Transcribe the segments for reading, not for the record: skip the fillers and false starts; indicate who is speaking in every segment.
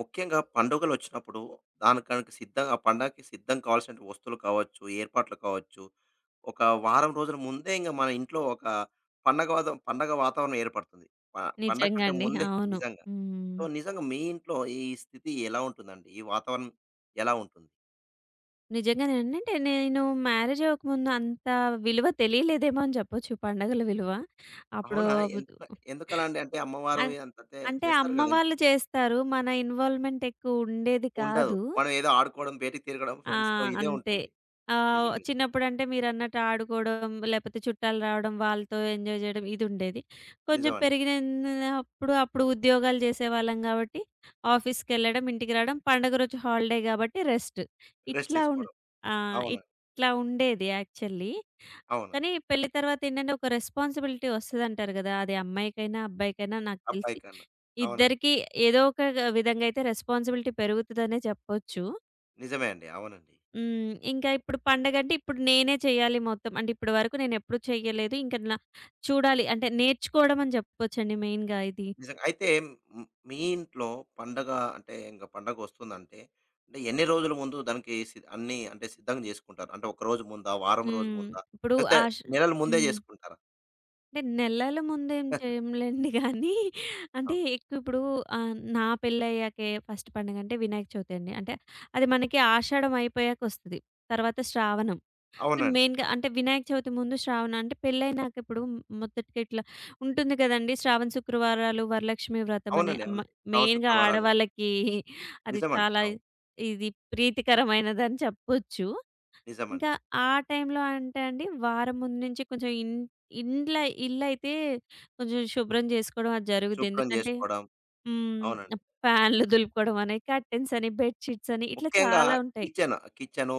Speaker 1: ముఖ్యంగా పండుగలొచ్చినప్పుడు దానికనక సిద్ధంగా ఆ పండగకి సిద్ధం కావాల్సిన వస్తువులు కావచ్చు, ఏర్పాట్లు కావచ్చు, ఒక వారం రోజుల ముందే ఇంగ మన ఇంట్లో ఒక పండగ వాతావరణం ఏర్పడుతుంది. ప పండగ
Speaker 2: నిజంగా
Speaker 1: కంటే
Speaker 2: అండి.
Speaker 1: ముందే
Speaker 2: అవును.
Speaker 1: నిజంగా.
Speaker 2: హ్మ్.
Speaker 1: సో, నిజంగా మీ ఇంట్లో ఈ స్థితి ఎలా ఉంటుందండి? ఈ వాతావరణం ఎలా ఉంటుంది?
Speaker 2: నిజంగానేనండి. అంటే నేను మ్యారేజ్ అవ్వకముందు అంత విలువ తెలియలేదేమో అని చెప్పొచ్చు పండగల విలువ. అప్పుడు
Speaker 1: అవునా? ఎందుకలా అండి? అంటే అమ్మవారు
Speaker 2: అన్
Speaker 1: అంతంతే
Speaker 2: అంటే
Speaker 1: చేస్తారు
Speaker 2: అమ్మ
Speaker 1: గదండీ!
Speaker 2: వాళ్ళు చేస్తారు. మన ఇన్వాల్వ్‌మెంట్ ఎక్కువ ఉండేది
Speaker 1: ఉండదు.
Speaker 2: కాదు.
Speaker 1: మనం ఏదో ఆడుకోవడం, బయటికి తిరగడం
Speaker 2: ఆ!
Speaker 1: ఫ్రెండ్స్‌తో ఇదే
Speaker 2: అంతే.
Speaker 1: ఉంటుంది.
Speaker 2: ఆహ్,
Speaker 1: నిజం. నిజం.
Speaker 2: చిన్నప్పుడంటే మీరన్నట్టు ఆడుకోవడం, లేపోతే చుట్టాలు రావడం, వాళ్ళతో ఎంజాయ్ జేయడం ఇదుండేది. కొంచెం
Speaker 1: నిజమండి.
Speaker 2: పెరిగినప్పుడు అప్పుడు ఉద్యోగాలు జేసేవాళ్ళం గాబట్టి, ఆఫీస్‌కెళ్ళడం, ఇంటికి రావడం, పండుగ రోజు హాలిడే గాబట్టి రెస్ట్.
Speaker 1: రెస్ట్
Speaker 2: ఇట్లా ఉన్
Speaker 1: తీసుకోవడం.
Speaker 2: ఆ!
Speaker 1: అవును.
Speaker 2: ఇట్లా ఉండేది యాక్చువల్లీ.
Speaker 1: అవునండి.
Speaker 2: కానీ పెళ్లి తర్వాతేంటంటే ఒక రెస్పాన్సిబిలిటీ ఒస్తదంటారు గదా! అది అమ్మాయికైనా, అబ్బాయికైనా నాకు
Speaker 1: అబ్బాయి
Speaker 2: తెలిసి.
Speaker 1: కన్నా. అవునండి.
Speaker 2: ఇద్దరికీ ఏదో ఒక విధంగా అయితే రెస్పాన్సిబిలిటీ పెరుగుతదనే చెప్పొచ్చు.
Speaker 1: నిజమే అండి. అవునండి.
Speaker 2: హ్మ్. ఇంకా ఇప్పుడు పండగంటే ఇప్పుడు నేనే చేయాలి మొత్తం. అంటే ఇప్పటి వరకు నేనెప్పుడు చెయ్యలేదు. ఇంక నా చూడాలి అంటే నేర్చుకోవడం అని చెప్పుకోవచ్చండి మెయిన్‌గా ఇది.
Speaker 1: నిజంగా. అయితే మ్ మీ ఇంట్లో పండగ అంటే ఇంక పండగొస్తుందంటే, అంటే ఎన్ని రోజుల ముందు దానికి అన్నీ అంటే సిద్ధం జేసుకుంటారు? అంటే ఒక రోజు ముందా? వారం రోజు
Speaker 2: హ్మ్.
Speaker 1: ముందా?
Speaker 2: ఇప్పుడు
Speaker 1: లేకపోతే
Speaker 2: ఆష
Speaker 1: నెలల ముందే
Speaker 2: హ్మ్.
Speaker 1: జేసుకుంటారా?
Speaker 2: అంటే నెలల ముందేం చేయంలేండి గానీ అంటే
Speaker 1: అవును.
Speaker 2: ఎక్కువ ఇప్పుడు ఆహ్, నా పెళ్ళయ్యాకే ఫస్ట్ పండగంటే వినాయక చవితి అండి. అంటే అది మనకి ఆషాఢం అయిపోయాకొస్తది. తర్వాత శ్రావణం. అంటే
Speaker 1: అవునండి.
Speaker 2: మెయిన్‌గా
Speaker 1: అవును.
Speaker 2: అంటే వినాయక చవితి ముందు, శ్రావణ అంటే పెళ్ళైనాక ఇప్పుడు మొదటిగా ఇట్లా ఉంటుంది కదండీ! శ్రావణ శుక్రవారాలు వరలక్ష్మి వ్రతం అని
Speaker 1: అవునండి. అవునండి.
Speaker 2: మెయిన్‌గా
Speaker 1: శుక్రవారాలు. ఇవి.
Speaker 2: ఆడవాళ్ళకి అది
Speaker 1: నిజమండి.
Speaker 2: చాలా
Speaker 1: అవును.
Speaker 2: ఇది ప్రీతికరమైనదని చెప్పొచ్చు. ఇంకా
Speaker 1: నిజమండి.
Speaker 2: ఆ టైంలో అంటే అండి వారం ముందు నుంచి కొంచెం ఇన్ ఇండ్ల ఇల్లయితే కొంచెం శుభ్రం చేసుకోవడం అది జరుగుద్ది.
Speaker 1: శుభ్రం
Speaker 2: ఎందుకంటే
Speaker 1: జేసుకోవడం.
Speaker 2: హ్మ్.
Speaker 1: అవునండి.
Speaker 2: ఫ్యాన్‌లు దులుపుకోవడం అని, కర్టెన్స్ అని, బెడ్ షీట్స్ అని ఇట్లా
Speaker 1: ముఖ్యంగా
Speaker 2: చాలా ఉంటాయి.
Speaker 1: కిచెను,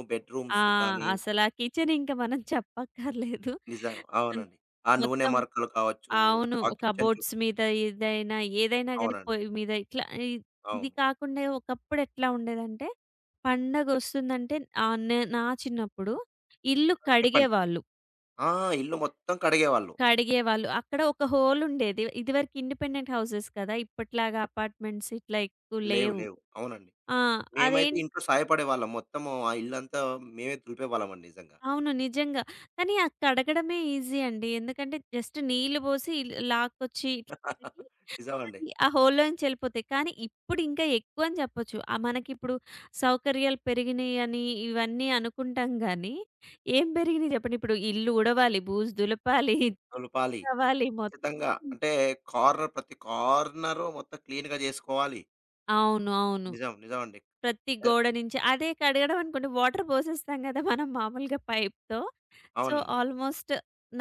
Speaker 2: ఆ!
Speaker 1: బెడ్‌రూమ్స్ కానీ
Speaker 2: అసల ఆ కిచెన్ ఇంక మనం చెప్పక్కర్లేదు.
Speaker 1: నిజం.
Speaker 2: అన్
Speaker 1: అవునండి. ఆ నూనె
Speaker 2: మొత్తం
Speaker 1: మరకలు కావచ్చు,
Speaker 2: అవును.
Speaker 1: ఆ కిచెన్
Speaker 2: కబోర్డ్స్
Speaker 1: చుట్టూ.
Speaker 2: మీద ఏదైనా, ఏదైనా గాని
Speaker 1: అవునండి.
Speaker 2: పొయ్యి మీద ఇట్లా ఇ ఇది
Speaker 1: అవును.
Speaker 2: కాకుండా ఒకప్పుడు ఎట్లా ఉండేదంటే, పండగొస్తుందంటే ఆహ్, నా చిన్నప్పుడు ఇల్లు
Speaker 1: చెప్పండి.
Speaker 2: కడిగేవాళ్ళు.
Speaker 1: ఆ! ఇల్లు మొత్తం కడిగేవాళ్ళు.
Speaker 2: కడిగేవాళ్ళు. అక్కడ ఒక హోల్ ఉండేది. ఇదివరకు ఇండిపెండెంట్ హౌసెస్ కదా! ఇప్పటిలాగా అపార్ట్మెంట్స్ ఇట్లా ఎక్కువ
Speaker 1: లేవు,
Speaker 2: లేవు.
Speaker 1: లేవు. అవునండి.
Speaker 2: ఆ!
Speaker 1: మేమైతే
Speaker 2: అదేం
Speaker 1: ఇంట్లో సాయపడేవాళ్ళం. మొత్తము ఆ ఇల్లంతా మేమే దులిపేవాళ్ళమండి నిజంగా.
Speaker 2: అవును. నిజంగా. కానీ ఆ కడగడమే ఈజీ అండి. ఎందుకంటే జస్ట్ నీళ్లు పోసి లాక్కొచ్చి ఇట్లా కడిగి
Speaker 1: నిజమండి.
Speaker 2: అది ఆ హోల్‌లో నుంచి ఎళ్ళిపోతాయి. కానీ ఇప్పుడు ఇంకా ఎక్కువ అని చెప్పొచ్చు. ఆహ్, మనకిప్పుడు సౌకర్యాలు పెరిగినాయి అని ఇవన్నీ అనుకుంటాం గానీ, ఏం పెరిగినాయి చెప్పండి? ఇప్పుడు ఇల్లు ఉడవాలి, బూజు దులపాలి,
Speaker 1: దులపాలి.
Speaker 2: తవ్వాలి మొత్తం.
Speaker 1: ఖచ్చితంగా. అంటే ప్రతి కార్నరు మొత్తం క్లీన్‌గా జేసుకోవాలి.
Speaker 2: అవును. అవును.
Speaker 1: నిజం. నిజమండి.
Speaker 2: ప్రతి
Speaker 1: ఎ
Speaker 2: గోడ నుంచి అదే కడగడం అనుకోండి వాటర్ పోసేస్తాం గదా! మనం మామూలుగా పైప్‌తో. సో,
Speaker 1: అవునండి.
Speaker 2: ఆల్‌మోస్ట్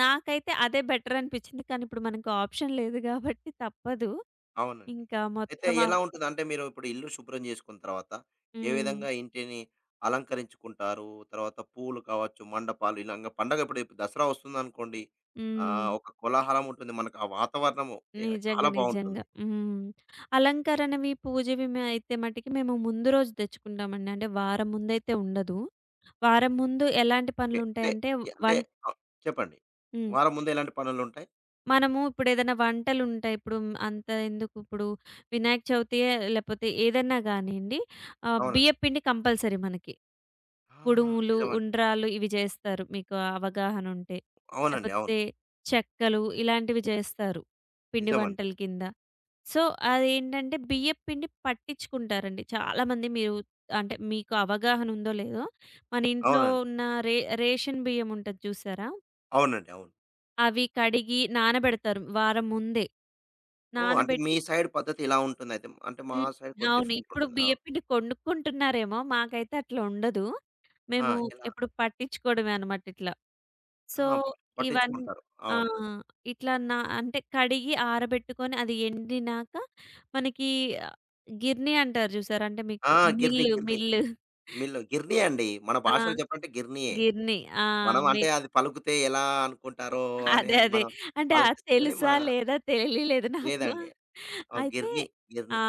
Speaker 2: నాకైతే అదే బెటర్ అనిపిచ్చింది. కానీ, ఇప్పుడు మనకు ఆప్షన్ లేదు గాబట్టి తప్పదు.
Speaker 1: అవునండి.
Speaker 2: ఇంకా
Speaker 1: అయితే
Speaker 2: మొత్తం
Speaker 1: ఎలా
Speaker 2: ఆహ్,
Speaker 1: ఉంటది? అంటే మీరు ఇప్పుడు ఇల్లు శుభ్రం చేసుకున్న తర్వాత, ఏ
Speaker 2: హ్మ్.
Speaker 1: విధంగా ఇంటిని అలంకరించుకుంటారు? తర్వాత పూలు కావచ్చు, మండపాలు ఇలాగ పండగ ఇప్పుడు ఇప్పుడు దసరా వస్తుందనుకోండి.
Speaker 2: హ్మ్.
Speaker 1: ఒక కోలాహలం ఉంటుంది. మనకు ఆ వాతావరణము
Speaker 2: నిజంగా.
Speaker 1: చాలా
Speaker 2: నిజంగా.
Speaker 1: బావుంటుంది.
Speaker 2: హ్మ్. అలంకరణవి, పూజవి అయితే మటికి మేము ముందు రోజు తెచ్చుకుంటామండి. అంటే, వారం ముందైతే ఉండదు. వారం ముందు ఎలాంటి
Speaker 1: ఎ అంటే
Speaker 2: పనులుంటాయంటే
Speaker 1: ఎ అంటే
Speaker 2: వన్
Speaker 1: ఆహ్, చెప్పండి.
Speaker 2: హ్మ్.
Speaker 1: వారం ముందే ఎలాంటి పనులుంటాయి?
Speaker 2: మనము ఇప్పుడేదైనా వంటలుంటాయి. ఇప్పుడు హ్మ్, అంత ఎందుకిప్పుడు వినాయక చవితియే లేపోతే ఏదన్నా గానియండి ఆహ్,
Speaker 1: అవునండి.
Speaker 2: బియ్యపు పిండి కంపల్సరీ మనకి.
Speaker 1: ఆ!
Speaker 2: కుడుములు,
Speaker 1: నిజమండి.
Speaker 2: ఉండ్రాళ్ళు ఇవి చేస్తారు మీకు అవగాహన ఉంటే.
Speaker 1: అవునండి. అవును.
Speaker 2: లేపోతే చెక్కలు ఇలాంటివి చేస్తారు. పిండి
Speaker 1: నిజమండి.
Speaker 2: వంటల కింద. సో, అదేంటంటే బియ్యపు పిండి పట్టించుకుంటారండి. చాలామంది మీరు అంటే మీకు అవగాహన ఉందో లేదో, మన ఇంట్లో
Speaker 1: అవునండి.
Speaker 2: ఉన్న రే రేషన్ బియ్యం ఉంటది చూసారా?
Speaker 1: అవునండి. అవును.
Speaker 2: అవి కడిగి నానబెడతారు వారం ముందే.
Speaker 1: ఓహ్! అంటే
Speaker 2: నానబెట్టి
Speaker 1: మీ సైడ్ పద్ధతి ఇలా ఉంటుందయితే. అంటే మా
Speaker 2: హ్మ్.
Speaker 1: సైడ్ కొద్దిగా
Speaker 2: అవును.
Speaker 1: డిఫరెంట్
Speaker 2: ఇప్పుడు
Speaker 1: ఉంటుంది. ఆ!
Speaker 2: బియ్యపు పిండి కొనుక్కుంటున్నారేమో! మాకైతే అట్లా ఉండదు.
Speaker 1: ఆ!
Speaker 2: మేము
Speaker 1: ఎలా?
Speaker 2: ఎప్పుడు పట్టించుకోవడమే అనమాట ఇట్లా. సో,
Speaker 1: ఆ!
Speaker 2: ఇవన్
Speaker 1: పట్టించుకుంటారు.
Speaker 2: ఆ!
Speaker 1: అవును.
Speaker 2: ఇట్లా అంటే కడిగి ఆరబెట్టుకొని అది ఎండినాక మనకి ఆహ్, గిర్నీ అంటారు చూసారా? అంటే మీకు
Speaker 1: ఆ! గిర్నీ,
Speaker 2: మిల్లు,
Speaker 1: గిర్నీ.
Speaker 2: మిల్లు.
Speaker 1: మిల్లు గిర్నీ అండి. మన
Speaker 2: ఆ!
Speaker 1: భాషలో చెప్పాలంటే గిర్నీయే.
Speaker 2: గిర్నీ. ఆ!
Speaker 1: మనం
Speaker 2: మి
Speaker 1: అంటే అది పలుకుతే ఎలా అనుకుంటారో అని
Speaker 2: అదే.
Speaker 1: అని
Speaker 2: అదే.
Speaker 1: మనం
Speaker 2: అంటే ఆ
Speaker 1: ఆలోచిస్తాం కానీ,
Speaker 2: తెలుసా?
Speaker 1: మన
Speaker 2: లేదా? తెలియలేదు నాకు.
Speaker 1: లేదండి. ఆ!
Speaker 2: అయితే
Speaker 1: గిర్నీ,
Speaker 2: ఆ!
Speaker 1: గిర్నీ.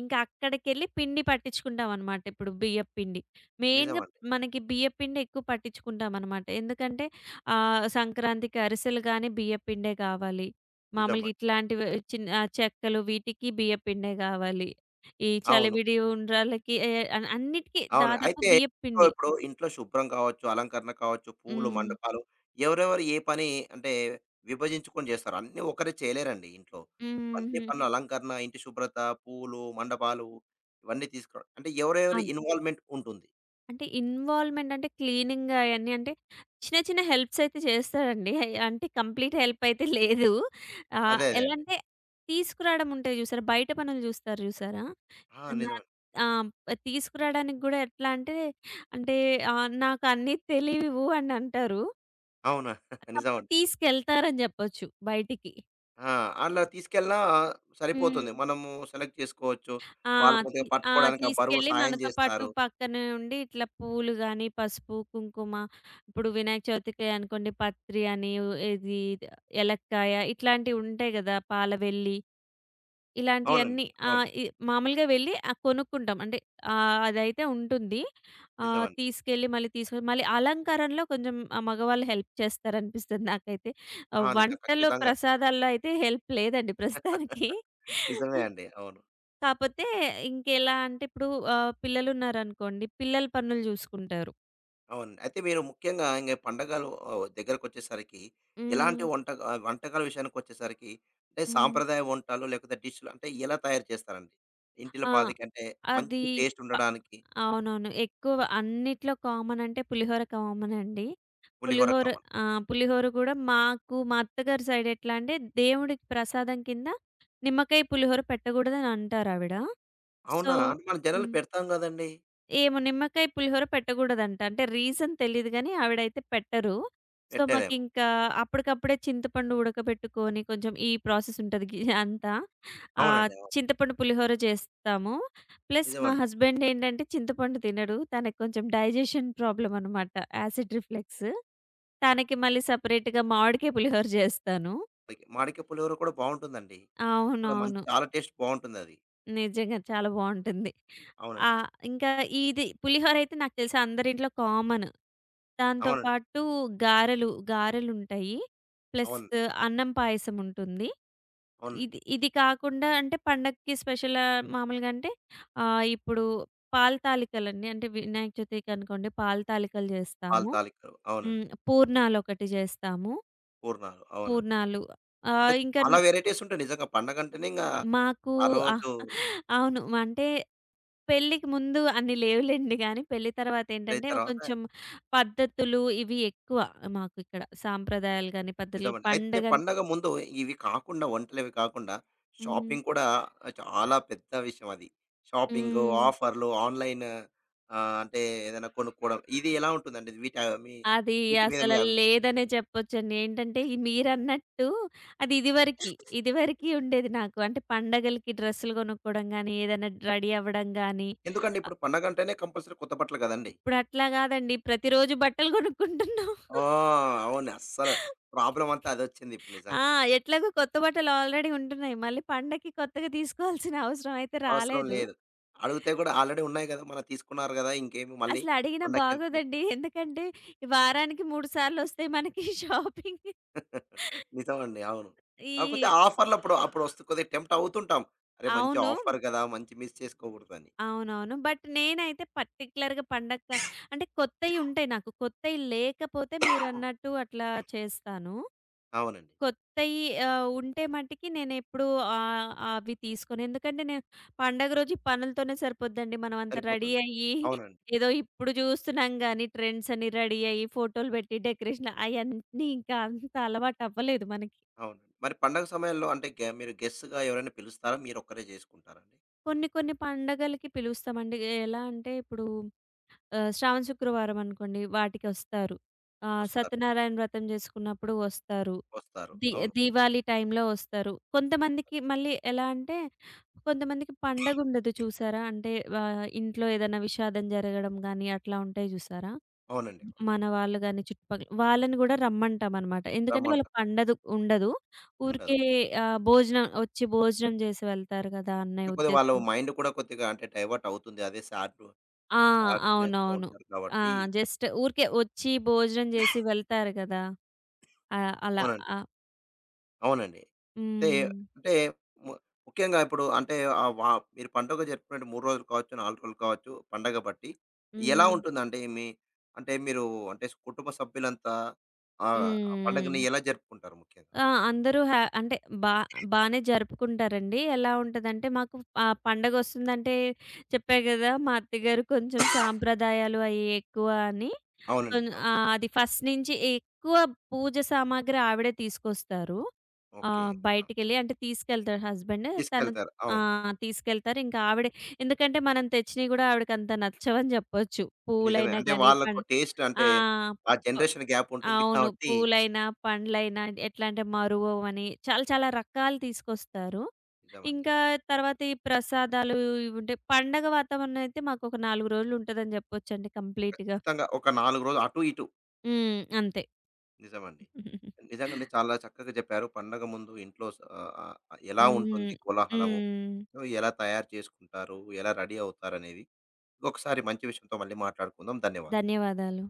Speaker 2: ఇంకా అక్కడికెళ్ళి పిండి పట్టించుకుంటామనమాట. ఇప్పుడు బియ్యపు పిండి. మెయిన్‌గా
Speaker 1: నిజమండి.
Speaker 2: మనకి బియ్యపు పిండి ఎక్కువ పట్టించుకుంటామనమాట. ఎందుకంటే ఆహ్, సంక్రాంతికి అరిసెలు గాని బియ్యపు పిండే కావాలి. మామూలుగా
Speaker 1: నిజమండి.
Speaker 2: ఇట్లాంటివి చిన్న ఆహ్, చెక్కలు వీటికి బియ్యపు పిండే కావాలి. ఈ
Speaker 1: అవును.
Speaker 2: చలివిడి ఉండ్రాళ్ళకి ఏ అన్ అన్నిటికి
Speaker 1: అవును.
Speaker 2: దాదాపు
Speaker 1: అయితే
Speaker 2: బియ్యపు పిండి.
Speaker 1: ఇంట్లో శుభ్రం కావచ్చు, అలంకరణ కావచ్చు, పూలు,
Speaker 2: హ్మ్.
Speaker 1: మండపాలు ఎవరెవరు ఏ పని అంటే విభజించుకొని చేస్తారు. అన్నీ ఒకరే చేయలేరండి ఇంట్లో.
Speaker 2: హ్మ్.
Speaker 1: అన్ని
Speaker 2: హ్మ్.
Speaker 1: పనులు అలంకరణ, ఇంటి శుభ్రత, పూలు, మండపాలు ఇవన్నీ తీసుకురావడం. అంటే ఎవరెవరి
Speaker 2: అవును.
Speaker 1: ఇన్వాల్వ్‌మెంట్ ఉంటుంది.
Speaker 2: అంటే ఇన్వాల్వ్‌మెంట్ అంటే క్లీనింగ్ అయన్నీ అంటే చిన్న, చిన్న హెల్ప్స్ అయితే చేస్తాడండి. అంటే కంప్లీట్ హెల్ప్ అయితే లేదు. ఆహ్,
Speaker 1: అదే అదే
Speaker 2: ఎలా
Speaker 1: అండి.
Speaker 2: అంటే తీసుకురావడం ఉంటాయి చూసారా? బయట పనులు చూస్తారు చూసారా?
Speaker 1: ఆ!
Speaker 2: ఏదన్నా
Speaker 1: నిజమండి.
Speaker 2: ఆ! తీసుకురాడానికి గూడా ఎట్లా అంటే, అంటే ఆహ్, "నాకు అన్నీ తెలీవు" అని అంటారు. బట్
Speaker 1: అవును.
Speaker 2: కాకపోతే
Speaker 1: నిజమండి.
Speaker 2: తీసుకెళ్తారని జెప్పొచ్చు బయటికి.
Speaker 1: ఆ! అలా తీసుకెళ్ళినా
Speaker 2: హ్మ్.
Speaker 1: సరిపోతుంది. మనము సెలెక్ట్ చేసుకోవచ్చు.
Speaker 2: ఆ!
Speaker 1: వాళ్ళు
Speaker 2: తి
Speaker 1: కొద్దిగా
Speaker 2: ఆ!
Speaker 1: పట్టుకోవడానికి ఆ బరువు
Speaker 2: తీసుకెళ్ళి
Speaker 1: సాయం
Speaker 2: మనతో పాటు
Speaker 1: చేస్తారు.
Speaker 2: పక్కనే ఉండి ఇట్లా పూలు గాని, పసుపు, కుంకుమ ఇప్పుడు వినాయక చవితికి అనుకోండి పత్రి అని ఇది ఏలక్కాయ ఇట్లాంటివి ఉంటాయి గదా! పాలవెల్లి
Speaker 1: అవునండి.
Speaker 2: ఇలాంటియన్నీ ఆ!
Speaker 1: అవును.
Speaker 2: ఇ మామూలుగా వెళ్ళి ఆహ్, కొనుక్కుంటాం. అంటే ఆహ్, అదైతే ఉంటుంది. ఆహ్,
Speaker 1: నిజమండి.
Speaker 2: తీసుకెళ్ళి మళ్ళీ తీసుకొని మళ్ళీ అలంకారంలో కొంచెం ఆ మగవాళ్ళు హెల్ప్ చేస్తారనిపిస్తది నాకైతే.
Speaker 1: ఆ!
Speaker 2: ఆహ్,
Speaker 1: నిజం.
Speaker 2: వంటలు,
Speaker 1: ఖచ్చితంగా.
Speaker 2: ప్రసాదాల్లో అయితే హెల్ప్ లేదండి ప్రస్తుతానికి.
Speaker 1: నిజమే అండి. అవును.
Speaker 2: కాపోతే ఇంకెలా అంటే ఇప్పుడు ఆహ్, పిల్లలున్నారనుకోండి. పిల్లల పనులు జూసుకుంటారు.
Speaker 1: అవునండి. అయితే మీరు ముఖ్యంగా ఇంగ పండగలు దగ్గరకొచ్చేసరికి ఎలాంటి
Speaker 2: హ్మ్.
Speaker 1: వంట వంటకాల విషయానికొచ్చేసరికి అంటే
Speaker 2: హ్మ్.
Speaker 1: సాంప్రదాయ వంటలు లేకపోతే డిష్‌లు అంటే ఎలా తయారు చేస్తారండి? ఇంటిలో
Speaker 2: ఆ!
Speaker 1: పాదికంటే మంచి
Speaker 2: అది
Speaker 1: టేస్ట్
Speaker 2: ప
Speaker 1: ఉండడానికి
Speaker 2: అవునవును. ఎక్కువ అన్నిట్లో కామన్ అంటే పులిహోర కామన్ అండి.
Speaker 1: పులిహోర
Speaker 2: పులిహోర
Speaker 1: కామన్.
Speaker 2: ఆ! పులిహోర గూడా మాకు మా అత్తగారి సైడ్ ఎట్లా అంటే దేవుడికి ప్రసాదం కింద నిమ్మకాయ పులిహోర పెట్టగూడదని అంటారావిడ. సో
Speaker 1: అవునా? అంటే మన జనాలు
Speaker 2: హ్మ్.
Speaker 1: పెడతాం గదండీ!
Speaker 2: ఏమో నిమ్మకాయ పులిహోర పెట్టగూడదంట. అంటే రీజన్ తెలీదు గానీ ఆవిడైతే పెట్టరు. సో,
Speaker 1: పెట్టారేమో.
Speaker 2: మాకింకా అప్పటికప్పుడే చింతపండు ఉడకబెట్టుకొని కొంచెం ఈ ప్రాసెస్ ఉంటది అంతా. ఆహ్,
Speaker 1: అవునండి. అవును.
Speaker 2: చింతపండు పులిహోర చేస్తాము. ప్లస్ మా
Speaker 1: నిజమండి.
Speaker 2: హస్బెండ్ ఏంటంటే చింతపండు తినడు. తనకి కొంచెం డైజెషన్ ప్రాబ్లమ్ అనమాట. Acid reflex. తనకి మళ్ళీ సెపరేట్‌గా మామిడికాయ పులిహోర చేస్తాను.
Speaker 1: ఓకే. మాడికాయ పులిహోర కూడా బావుంటుందండి. చాలా మంచి
Speaker 2: అవునవును.
Speaker 1: చాలా టేస్ట్ బావుంటుందది.
Speaker 2: నిజంగా చాలా బావుంటుంది.
Speaker 1: అవునండి.
Speaker 2: ఆహ్, ఇంకా ఇది పులిహోరయితే నాకు తెలిసి అందరింట్లో కామన్. దాంతో
Speaker 1: అవునండి.
Speaker 2: పాటు గారెలుంటాయి. ప్లస్
Speaker 1: అవునండి.
Speaker 2: అన్నం పాయసం ఉంటుంది.
Speaker 1: అవునండి.
Speaker 2: ఇది ఇది కాకుండా అంటే పండగకి స్పెషల్ ఆహ్, మామూలుగా అంటే ఆహ్, ఇప్పుడు పాలు తాలికలండి. అంటే వినాయక చవితికి అనుకోండి పాలు తాలికలు
Speaker 1: పాలు
Speaker 2: చేస్తాము.
Speaker 1: తాలికలు.
Speaker 2: హ్మ్.
Speaker 1: అవునండి.
Speaker 2: పూర్ణాలొకటి చేస్తాము.
Speaker 1: పూర్ణాలు. అవునండి.
Speaker 2: పూర్ణాలు
Speaker 1: అంటే
Speaker 2: ఆహ్, ఇంకా
Speaker 1: చాలా
Speaker 2: న్
Speaker 1: వెరైటీస్ ఉంటాయి నిజంగా పండగంటేనే ఇంగా
Speaker 2: మాకు
Speaker 1: ఆ
Speaker 2: ఆహ్,
Speaker 1: రోజు
Speaker 2: అవును. అంటే పెళ్ళికి ముందు అన్ని లేవులెండి గానీ, పెళ్లి
Speaker 1: ఇదైన
Speaker 2: తర్వాతేంటంటే
Speaker 1: తర్వాత
Speaker 2: కొంచెం పద్ధతులు ఇవి ఎక్కువ మాకిక్కడ. సాంప్రదాయాలు గాని, పద్ధతులు
Speaker 1: నిజమండి. అయితే
Speaker 2: పండగంటే
Speaker 1: పండగ ముందు ఇవి కాకుండా వంటలవి కాకుండా
Speaker 2: హ్మ్.
Speaker 1: షాపింగ్ కూడా చాలా పెద్ద విషయం అది. షాపింగు,
Speaker 2: హ్మ్.
Speaker 1: ఆఫర్‌లు, ఆన్‌లైన్ అంటే ఏదైనా కొనుక్కోవడం ఇది ఎలా ఉంటుందండి? మీ
Speaker 2: అది
Speaker 1: వీటి మీద
Speaker 2: అసల
Speaker 1: మీ అభిప్రాయం?
Speaker 2: లేదనే చెప్పొచ్చండి. ఏంటంటే ఈ మీరన్నట్టు అది ఇదివరకి, ఇదివరకి ఉండేది నాకు. అంటే పండగలకి డ్రెస్సులు కొనుక్కోవడం గానీ, ఏదైనా రెడీ అవ్వడం గానీ,
Speaker 1: ఎందుకంటే
Speaker 2: ఆహ్,
Speaker 1: ఇప్పుడు పండగ అంటేనే కంపల్సరీ కొత్త బట్టలు కదండీ!
Speaker 2: ఇప్పుడట్లా గాదండి. ప్రతిరోజు బట్టలు కొనుక్కుంటున్నాం.
Speaker 1: ఆ! అవును. అస్సలు ప్రాబ్లమ్ అంతా అదొచ్చింది ఇప్పుడు
Speaker 2: ఆ!
Speaker 1: నిజంగా.
Speaker 2: ఎట్లాగో కొత్త బట్టలు ఆల్రెడీ ఉంటున్నాయి. మళ్ళీ పండక్కి కొత్తగా తీసుకోవాల్సిన అవసరం అయితే
Speaker 1: అవసరం
Speaker 2: రాలేదు.
Speaker 1: లేదు. అడిగితే కూడా ఆల్రెడీ ఉన్నాయి కదా! మనం తీసుకున్నారు కదా! ఇంకేమి మళ్ళీ
Speaker 2: అసలు అడిగినా
Speaker 1: పండక్కెందుకు?
Speaker 2: బాగోదండి. ఎందుకంటే వారానికి 3 సార్లు వస్తాయి మనకి షాపింగ్.
Speaker 1: నిజమండి. అవును.
Speaker 2: ఈ
Speaker 1: కాకపోతే ఆఫర్‌లప్పుడు అప్పుడొస్తు కొద్దిగా టెంప్ట్ అవుతుంటాం. అరే! మంచి
Speaker 2: అవును.
Speaker 1: ఆఫర్ గదా! మంచి మిస్ చేసుకోకూడదని.
Speaker 2: అవునవును. నేనైతే పర్టిక్యులర్‌గా పండగ అంటే కొత్తయి ఉంటాయి నాకు. కొత్తయి లేకపోతే మీరన్నట్టు అట్లా చేస్తాను.
Speaker 1: అవునండి.
Speaker 2: కొత్తయి ఆహ్, ఉంటే మటికి నేనెప్పుడు ఆహ్, అవి తీసుకోను. ఎందుకంటే నేను పండగ రోజు ఈ పనులతోనే సరిపోద్దండి. మనం అంత రెడీ
Speaker 1: సరిపోతుంది.
Speaker 2: అయ్యి,
Speaker 1: అవునండి.
Speaker 2: ఏదో ఇప్పుడు జూస్తున్నాం గానీ ట్రెండ్స్ అని రెడీ అయ్యి, ఫోటోలు పెట్టి, డెకరేషన్ అయన్నీ ఇంకా అంత అలవాటవ్వలేదు మనకి.
Speaker 1: అవునండి. మరి పండగ సమయాల్లో అంటే మీరు గెస్ట్‌గా ఎవరైనా పిలుస్తారా? మీరొక్కరే జేసుకుంటారండి?
Speaker 2: కొన్ని కొన్ని పండగలకి పిలుస్తామండి. ఎలా అంటే ఇప్పుడు ఆహ్, శ్రావణ శుక్రవారం అనుకోండి వాటికొస్తారు. ఆహ్,
Speaker 1: వస్తారు.
Speaker 2: సత్యనారాయణ వ్రతం జేసుకున్నప్పుడు వస్తారు.
Speaker 1: వస్తారు.
Speaker 2: ది
Speaker 1: అవును.
Speaker 2: దీవాళి టైంలో వస్తారు. కొంతమందికి మళ్ళీ ఎలా అంటే, కొంతమందికి పండగుండదు చూసారా? అంటే ఆహ్, ఇంట్లో ఏదైనా విషాదం జరగడం గానీ, అట్లా ఉంటాయి జూసారా?
Speaker 1: అవునండి.
Speaker 2: మన వాళ్ళు గాని చుట్టుపక్కల వాళ్ళని గూడా రమ్మంటామనమాట. ఎందుకంటే వాళ్ళకి
Speaker 1: రమ్మంటారు.
Speaker 2: పండదు ఉండదు.
Speaker 1: ఉండదు.
Speaker 2: ఊరికే ఆహ్, భోజనం వచ్చి భోజనం జేసి వెళ్తారు గదా! అనే
Speaker 1: కాకపోతే వాళ్ళ
Speaker 2: ఉద్దేశంతో.
Speaker 1: మైండ్ కూడా కొద్దిగా అంటే డైవర్ట్ అవుతుంది. అదే సాడ్
Speaker 2: ఆ!
Speaker 1: సాడ్‌నెస్‌లో
Speaker 2: అవునవును.
Speaker 1: ఉంటారు
Speaker 2: ఆ!
Speaker 1: కాబట్టి.
Speaker 2: జస్ట్ ఊరికే ఒచ్చి భోజనం జేసి వెళ్తారు గదా! ఆహ్, అలా.
Speaker 1: అవునండి.
Speaker 2: ఆ!
Speaker 1: అవునండి. అంటే
Speaker 2: హ్మ్.
Speaker 1: అంటే ము ముఖ్యంగా ఇప్పుడు అంటే ఆహ్, వా మీరు పండుగ జరుపుకునే 3 రోజులు కావచ్చు, 4 రోజులు కావచ్చు పండగ బట్టి. ఎలా
Speaker 2: హ్మ్.
Speaker 1: ఉంటుందంటే మీ అంటే మీరు అంటే కుటుంబ సభ్యులంతా ఆహ్, ఆ
Speaker 2: హ్మ్.
Speaker 1: పండగని ఎలా జరుపుకుంటారు ముఖ్యంగా?
Speaker 2: ఆ! అందరూ హ్యా అంటే బా బానే జరుపుకుంటారండి. ఎలా ఉంటదంటే మాకు ఆహ్, పండగొస్తుందంటే చెప్పా గదా! మా అత్తగారు కొంచెం సాంప్రదాయాలు అయి ఎక్కువ అని.
Speaker 1: అవునండి. అవును.
Speaker 2: ఆ! అది ఫస్ట్ నుంచి ఎక్కువ పూజ సామాగ్రి ఆవిడే తీసుకొస్తారు.
Speaker 1: ఓకే.
Speaker 2: ఆహ్,
Speaker 1: ఆ!
Speaker 2: బయటికెళ్ళి అంటే తీసుకెళ్తారు హస్బెండ్. తను
Speaker 1: తీసుకెళ్తారు.
Speaker 2: ఆ!
Speaker 1: అవును.
Speaker 2: తీసుకెళ్తారు. ఇంకా ఆవిడే ఎందుకంటే మనం తెచ్చినయి గూడా ఆవిడకంత నచ్చవని జెప్పొచ్చు.
Speaker 1: నిజమే.
Speaker 2: పూలైనా
Speaker 1: అంటే
Speaker 2: గాని,
Speaker 1: వాళ్ళకు
Speaker 2: పం
Speaker 1: టేస్ట్ అంటే
Speaker 2: ఆ!
Speaker 1: ఆ
Speaker 2: ప
Speaker 1: జనరేషన్ గ్యాప్ ఉంటుంది
Speaker 2: అవును.
Speaker 1: కాబట్టి
Speaker 2: పూలైనా, పండ్లైనా ఎట్లా అంటే మరువవని చాలా చాలా రకాలు తీసుకొస్తారు.
Speaker 1: నిజమండి.
Speaker 2: ఇంకా తర్వాత ఈ ప్రసాదాలు ఇవి ఉంటాయి. పండగ వాతావరణం అయితే మాకొక 4 రోజులు ఉంటదని జెప్పొచ్చండి కంప్లీట్‌గా.
Speaker 1: ఖచ్చితంగా ఒక 4 రోజులు అటు ఇటు
Speaker 2: హ్మ్. అంతే.
Speaker 1: నిజమండి. నిజంగానే చాలా చక్కగా చెప్పారు. పండగ ముందు ఇంట్లో ఎలా ఉంటుంది
Speaker 2: హ్మ్.
Speaker 1: కోలాహలము?
Speaker 2: హ్మ్.
Speaker 1: సో, ఎలా తయారు చేసుకుంటారు? ఎలా రెడీ అవుతారనేది. ఇంకొకసారి మంచి విషయంతో మళ్ళీ మాట్లాడుకుందాం. ధన్యవాదాలు.
Speaker 2: ధన్యవాదాలు.